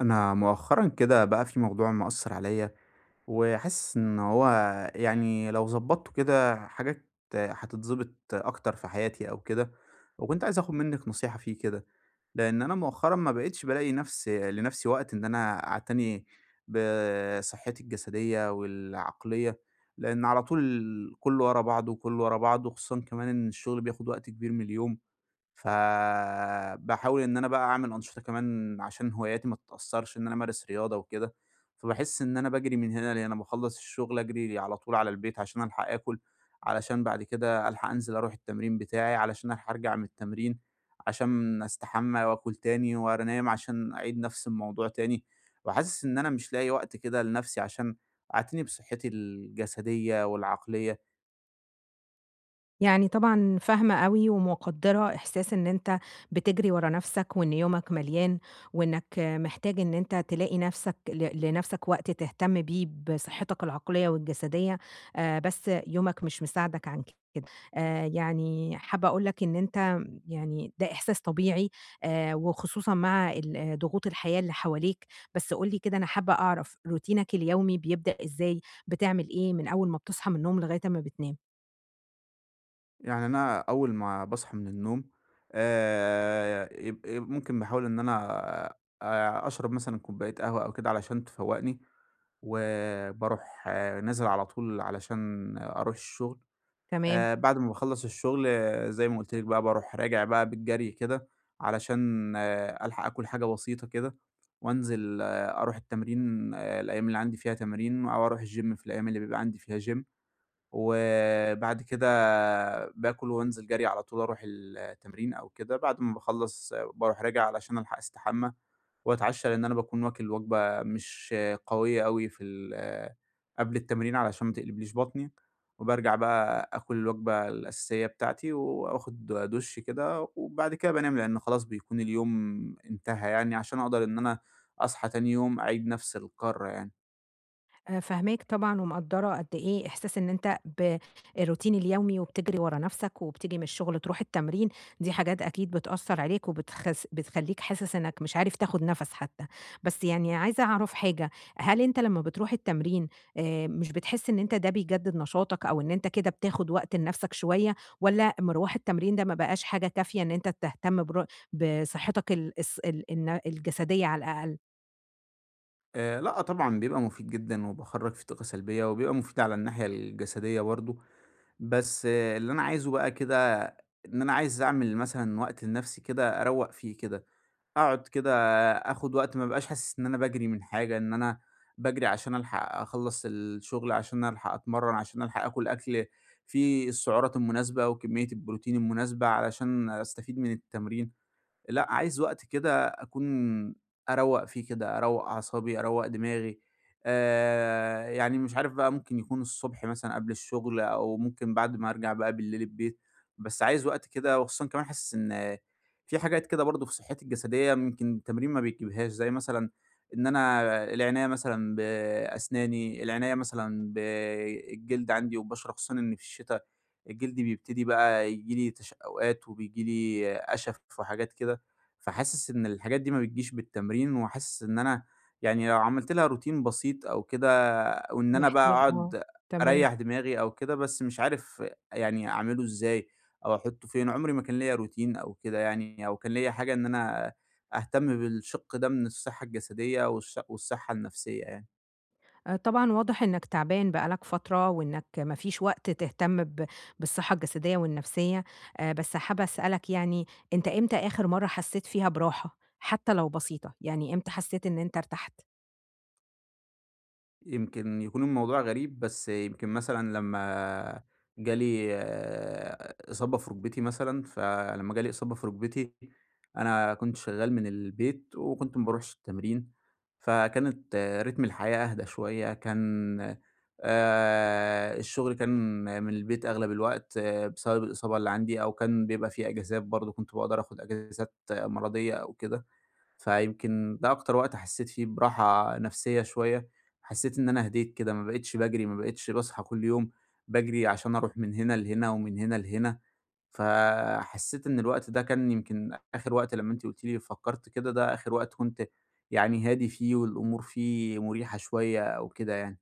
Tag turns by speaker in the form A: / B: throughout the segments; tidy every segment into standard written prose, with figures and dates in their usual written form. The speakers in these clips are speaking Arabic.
A: أنا مؤخرًا كده بقى في موضوع مأثّر عليّا، وحاسس إن هو يعني لو ضبّطته كده حاجات هتتضبط أكتر في حياتي أو كده، وكنت عايز آخُد منِّك نصيحة فيه كده، لإن أنا مؤخرًا ما بقيتش بالاقي نفسي لنفسي وقت إن أنا أعتني بصحّتي الجسدية والعقلية، لإن على طول كُلّه ورا بعضه، كُلّه ورا بعضه، خصوصًا كمان إن الشغل بياخُد وقت كبير من اليوم، فباحاول إن أنا بقى أعمل أنشطة كمان عشان هواياتي ما تتأثّرش، إن أنا أمارس رياضة وكده، فباحس إن أنا باجري من هنا لهنا، باخلّص الشغل أجري على طول على البيت عشان ألحق آكل، علشان بعد كده ألحق أنزل أروح التمرين بتاعي، علشان ألحق أرجع من التمرين، عشان أستحمى وآكل تاني وأنام عشان أعيد نفس الموضوع تاني، وحاسس إن أنا مش لاقي وقت كده لنفسي عشان أعتني بصحتي الجسدية والعقلية.
B: يعني طبعًا فاهمة أوي ومقدّرة إحساس إن أنت بتجري ورا نَفْسك وإن يومك مليان، وإنك محتاج إن أنت تلاقي نَفْسك لنَفْسك وقت تهتم بيه بصحتك العقلية والجسدية، بس يومك مش مساعدك عن كده. يعني حابة أقول لك إن أنت يعني ده إحساس طبيعي وخصوصًا مع ال آه، ضغوط الحياة اللي حواليك، بس قُل لي كده أنا حابة أعرف روتينك اليومي بيبدأ إزاي، بتعمل إيه من أول ما بتصحى من النوم لغاية أمّا بتنام؟
A: يعني أنا أول ما باصحى من النوم يب يب ممكن باحاول إن أنا أشرب مثلًا كوباية قهوة أو كده علشان تفوّقني، وباروح نازل على طول علشان أروح الشغل.
B: تمام.
A: بعد ما باخلّص الشغل زي ما قُلت لِك بقى باروح راجع بقى بالجري كده علشان ألحق آكل حاجة بسيطة كده، وأنزل أروح التمرين الأيام اللي عندي فيها تمرين أو أروح الgym في الأيام اللي بيبقى عندي فيها gym. وبعد كده باكل وانزل جري على طول أروح التمرين أو كده، بعد ما باخلّص باروح راجع علشان ألحق أستحمى وأتعشى، لإن أنا باكون واكل وجبة مش قوية أوي في ال قبل التمرين علشان ما تقلبليش بطني، وبارجع بقى آكل الوجبة الأساسية بتاعتي وآخد دُش كده، وبعد كده بانام لإن خلاص بيكون اليوم انتهى يعني عشان أقدر إن أنا أصحى تاني يوم أعيد نفس الكَرّة يعني.
B: فاهماك طبعًا ومقدّرة قد إيه إحساس إن أنت الروتين اليومي وبتجري ورا نَفْسك وبتيجي من الشغل تروح التمرين، دي حاجات أكيد بتأثّر عليك وبتخس بتخلّيك حاسس إنّك مش عارف تاخُد نَفَس حتّى. بس يعني عايزة أعرف حاجة، هل أنت لمّا بتروح التمرين مش بتحس إن أنت ده بيجدِّد نشاطك أو إن أنت كده بتاخُد وقت لنَفْسك شوية والّا مروح التمرين ده ما بقاش حاجة كافية إن أنت تهتم بصحّتك ال الص ال الن الجسدية على الأقل؟
A: لأ طبعًا بيبقى مفيد جدًا، وباخرّج فيه طاقة سلبية، وبيبقى مفيد على الناحية الجسدية برضه، بس آه اللي أنا عايزه بقى كده إن أنا عايز أعمل مثلًا وقت لنفسي كده أروّق فيه كده، أقعد كده آخد وقت ما ابقاش حاسس إن أنا باجري من حاجة، إن أنا باجري عشان ألحق أخلّص الشغل، عشان ألحق أتمرّن، عشان ألحق آكل أكل فيه السعرات المناسبة وكمية البروتين المناسبة علشان أستفيد من التمرين. لأ، عايز وقت كده أكون أروّق فيه كده، أروّق أعصابي، أروّق دماغي. يعني مش عارف بقى ممكن يكون الصبح مثلًا قبل الشغل أو ممكن بعد ما أرجع بقى بالليل البيت، بس عايز وقت كده وخصوصًا كمان حاسس إن في حاجات كده برضه في صحّتي الجسدية يمكن التمرين ما بيجيبهاش، زي مثلًا إن أنا العناية مثلًا بأسناني، العناية مثلًا بالجلد عندي والبشرة، خصوصًا إن في الشتا الجلد بيبتدي بقى ييجي لي تشقُّقات وبييجي لي قشف وحاجات كده. فحاسس إن الحاجات دي ما بتجيش بالتمرين، وحاسس إن أنا يعني لو عملت لها روتين بسيط أو كده، وإن أنا بقى
B: محتاج آه،
A: أقعد
B: تمام.
A: أريّح دماغي أو كده، بس مش عارف يعني أعمله إزاي أو أحطه فين، عمري ما كان ليّا روتين أو كده يعني، أو كان ليّا حاجة إن أنا أهتم بالشِق ده من الصحة الجسدية والصحة النفسية يعني.
B: آه، طبعًا واضح إنك تعبان بقى لك فترة، وإنك ما فيش وقت تهتم بالصحة الجسدية والنفسية، بس حابة أسألك يعني أنت إمتى آخر مرة حسيت فيها براحة، حتى لو بسيطة، يعني إمتى حسيت إن أنت ارتحت؟
A: يمكن يكون الموضوع غريب، بس يمكن مثلًا لمّا جالي إصابة في رُكبتي مثلًا، فلمّا جالي إصابة في رُكبتي، أنا كنت شغّال من البيت وكنت ما باروحش التمرين، فكانت رتم الحياة أهدى شوية، كان الشغل كان من البيت أغلب الوقت بسبب الإصابة اللي عندي أو كان بيبقى في أجازات برضه كنت باقدر آخُد أجازات مرضية أو كده. فيمكن ده أكتر وقت حسيت فيه براحة نفسية شوية، حسيت إن أنا هديت كده، ما بقيتش باجري، ما بقيتش باصحى كل يوم باجري عشان أروح من هنا لهنا ومن هنا لهنا، فحسيت إن الوقت ده كان يمكن آخر وقت لمّا أنتِ قلتِ لي فكرت كده ده آخر وقت كنت يعني هادي فيه والأمور فيه مريحة شوية أو كده يعني.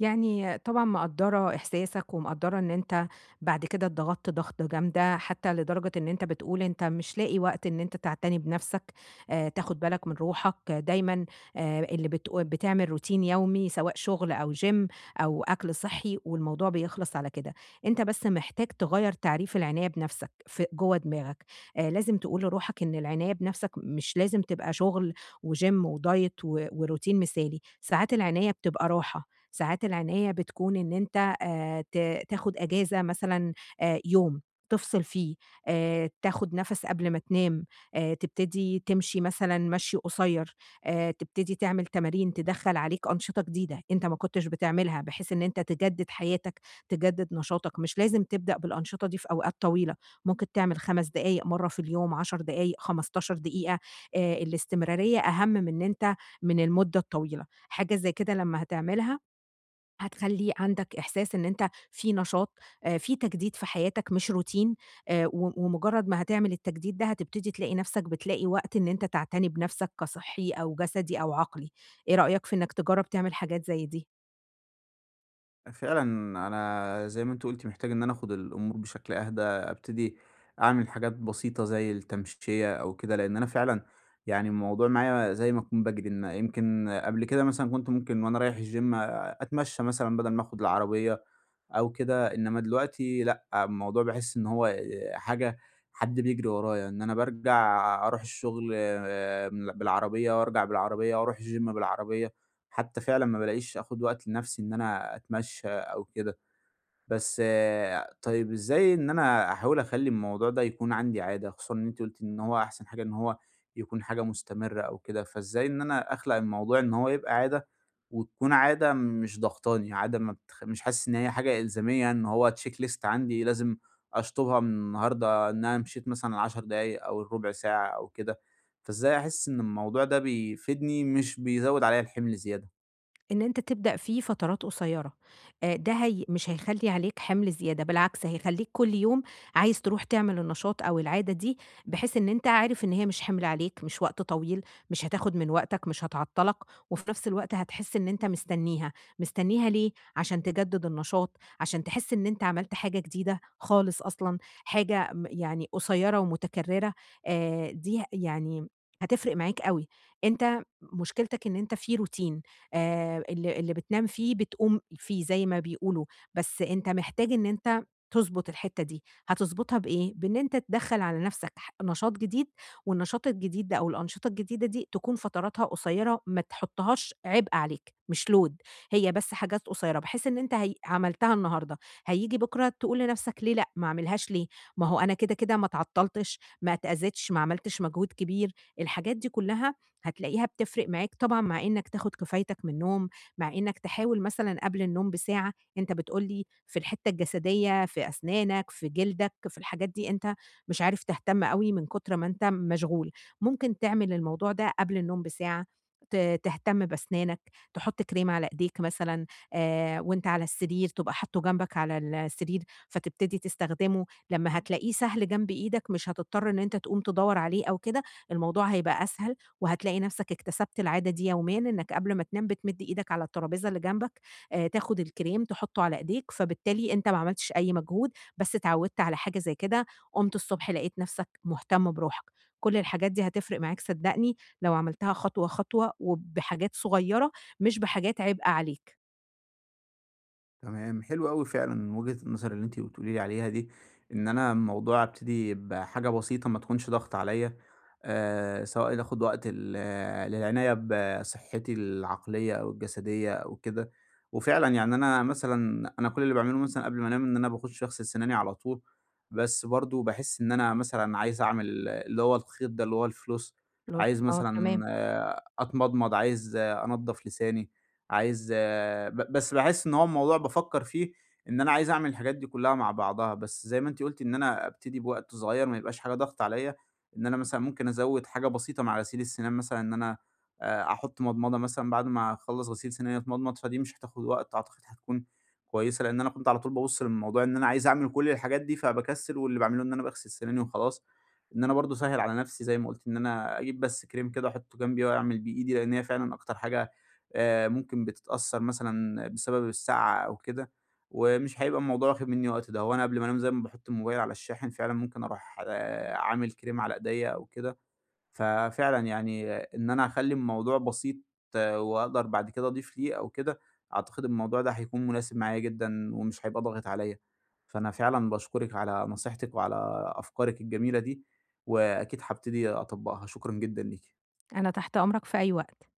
B: يعني طبعًا مقدّرة إحساسك، ومقدّرة إن أنت بعد كده اتضغطت ضغطة جامدة، حتى لدرجة إن أنت بتقول أنت مش لاقي وقت إن أنت تعتني بنفسك، تاخد بالك من روحك، آه، دايمًا اللي بتعمل روتين يومي سواء شغل أو gym أو أكل صحّي، والموضوع بيخلص على كده. أنت بس محتاج تغيّر تعريف العناية بنفسك في جوّه دماغك، لازم تقول لروحك إن العناية بنفسك مش لازم تبقى شغل وgym وdiet وروتين مثالي، ساعات العناية بتبقى راحة. ساعات العناية بتكون إن أنت ت تاخد أجازة مثلًا يوم تفصل فيه، تاخد نَفَس قبل ما تنام، تبتدي تمشي مثلًا مشي قصير، تبتدي تعمل تمارين تدخّل عليك أنشطة جديدة أنت ما كنتش بتعملها، بحيث إن أنت تجدد حياتك، تجدد نشاطك، مش لازم تبدأ بالأنشطة دي في أوقات طويلة، ممكن تعمل 5 دقايق مرة في اليوم، 10 دقايق، 15 دقيقة، الاستمرارية أهم من إن أنت من المدة الطويلة، حاجة زي كده لمّا هتعملها هتخلّي عندك إحساس إن أنت في نشاط، في تجديد في حياتك مش روتين، و ومجرّد ما هتعمل التجديد ده هتبتدي تلاقي نَفْسك بتلاقي وقت إن أنت تعتني بنَفْسك كصحّي أو جسدي أو عقلي، إيه رأيك في إنّك تجرّب تعمل حاجات زي دي؟
A: فعلًا أنا زي ما أنتِ قُلتِ محتاج إن أنا آخد الأمور بشكل أهدى، أبتدي أعمل حاجات بسيطة زي التمشية أو كده، لإن أنا فعلًا يعني الموضوع معايا زي ما أكون باجري، إن يمكن قبل كده مثلًا كنت ممكن وأنا رايح الgym أتمشى مثلًا بدل ما آخد العربية أو كده، إنما دلوقتي لأ، الموضوع باحس إن هو حاجة حد بيجري ورايا، إن أنا بارجع أروح الشغل بالعربية وأرجع بالعربية وأروح الgym بالعربية. حتى فعلًا ما بالاقيش آخُد وقت لنَفْسي إن أنا أتمشّى أو كده، بس طيب إزاي إن أنا أحاول أخلّي الموضوع ده يكون عندي عادة، خصوصًا إن أنتِ قُلتِ إن هو أحسن حاجة إن هو يكون حاجة مستمرة أو كده، فإزاي إن أنا أخلق الموضوع إن هو يبقى عادة وتكون عادة مش ضاغطاني، عادة ما بتخ مش حاسس إن هي حاجة إلزامية إن هو check list عندي لازم أشطبها من النهارده إن أنا مشيت مثلًا 10 دقايق أو الرُبع ساعة أو كده، فإزاي أحس إن الموضوع ده بيفيدني مش بيزوّد عليّا الحِمل زيادة؟
B: إن أنت تبدأ فيه فترات قصيرة، ده هي مش هيخلّي عليك حِمل زيادة، بالعكس هيخلّيك كل يوم عايز تروح تعمل النشاط أو العادة دي، بحيث إن أنت عارف إن هي مش حِمل عليك، مش وقت طويل، مش هتاخد من وقتك، مش هتعطّلك، وفي نفس الوقت هتحس إن أنت مستنّيها، مستنّيها ليه؟ عشان تجدد النشاط، عشان تحس إن أنت عملت حاجة جديدة خالص أصلًا، حاجة يعني قصيرة ومتكررة، دي يعني هتفرق معاك أوي، أنت مشكلتك إن أنت في روتين، اللي بتنام فيه بتقوم فيه زي ما بيقولوا، بس أنت محتاج إن أنت تضبط الحتّة دي، هتضبطها بإيه؟ بإن أنت تدخّل على نَفْسك نشاط جديد، والنشاط الجديد ده أو الأنشطة الجديدة دي تكون فتراتها قصيّرة، ما تحطّهاش عبء عليك، مش load هي بس حاجات قصيّرة، بحيث إن أنت هي عملتها النهارده، هييجي بكرة تقول لنَفْسك ليه لأ، ما أعملهاش ليه، ما هو أنا كده، كده ما اتعطّلتش، ما اتأذيتش، ما عملتش مجهود كبير، الحاجات دي كلّها هتلاقيها بتفرق معاك طبعًا مع إنك تاخد كفايتك من النوم، مع إنك تحاول مثلًا قبل النوم بساعة أنت بتقول لي في الحتّة الجسدية، في أسنانك، في جلدك، في الحاجات دي أنت مش عارف تهتم أوي من كتر ما أنت مشغول، ممكن تعمل الموضوع ده قبل النوم بساعة، ت تهتم بأسنانك، تحط كريم على إيديك مثلًا وأنت على السرير تبقى حاطه جنبك على السرير فتبتدي تستخدمه، لمّا هتلاقيه سهل جنب إيدك مش هتضطر إن أنت تقوم تدوّر عليه أو كده، الموضوع هيبقى أسهل وهتلاقي نفسك اكتسبت العادة دي يوميًا، إنك قبل ما تنام بتمد إيدك على الترابيزة اللي جنبك، تاخد الكريم تحطه على إيديك، فبالتالي أنت ما عملتش أي مجهود، بس اتعودت على حاجة زي كده، قُمت الصبح لقيت نفسك مهتم بروحك. كل الحاجات دي هتفرق معاك صدّقني لو عملتها خطوة، خطوة وبحاجات صغيرة، مش بحاجات عبء عليك.
A: تمام، حلو أوي فعلًا وجهة النظر اللي أنتِ بتقولي لي عليها دي، إن أنا الموضوع أبتدي بحاجة بسيطة ما تكونش ضغط عليّا. سواء آخد وقت للعناية بصحتي العقلية أو الجسدية أو كده، وفعلًا يعني أنا مثلًا أنا كل اللي باعمله مثلًا قبل ما أنام إن أنا باخش أغسل سناني على طول، بس برضه باحس إن أنا مثلًا عايز أعمل اللي هو الخيط ده اللي هو الفلوس،
B: خلاص،
A: عايز
B: آه
A: مثلًا
B: تمام،
A: أتمضمض، عايز أنضّف لساني. عايز آه، ب بس باحس إن هو الموضوع بافكّر فيه إن أنا عايز أعمل الحاجات دي كلّها مع بعضها، بس زي ما أنتِ قُلتِ إن أنا أبتدي بوقت صغيّر ما يبقاش حاجة ضاغطة عليّا، إن أنا مثلًا ممكن أزوّد حاجة بسيطة مع غسيل السِنان مثلًا إن أنا أحُط مضمضة مثلًا بعد ما أخلّص غسيل سِناني أتمضمض، فدي مش هتاخد وقت أعتقد هتكون كويسة، لإن أنا كنت على طول بابُص للموضوع إن أنا عايز أعمل كل الحاجات دي فباكسّل واللي باعمله إن أنا باغسل سِناني وخلاص، إن أنا برضه أسهّل على نَفْسي زي ما قُلتِ إن أنا أجيب بس كريم كده أحُطّه جنبي وأعمل بيه إيدي، لإن هي فعلًا أكتر حاجة ممكن بتتأثّر مثلًا بسبب السَّقعة أو كده، ومش هيبقى الموضوع واخد منّي وقت، ده هو أنا قبل ما أنام زي ما باحُط الموبايل على الشاحن فعلًا ممكن أروح عامل كريم على إيديّا أو كده، ففعلًا يعني إن أنا أخلّي الموضوع بسيط وأقدر بعد كده أضيف ليه أو كده، أعتقد الموضوع ده هيكون مناسب معايا جدًا ومش هيبقى ضاغط عليّا، فأنا فعلًا باشكرِك على نصيحتِك وعلى أفكارِك الجميلة دي، وأكيد هابتدي أطبّقها، شكرًا جدًا ليكِ.
B: أنا تحت أمرك في أي وقت.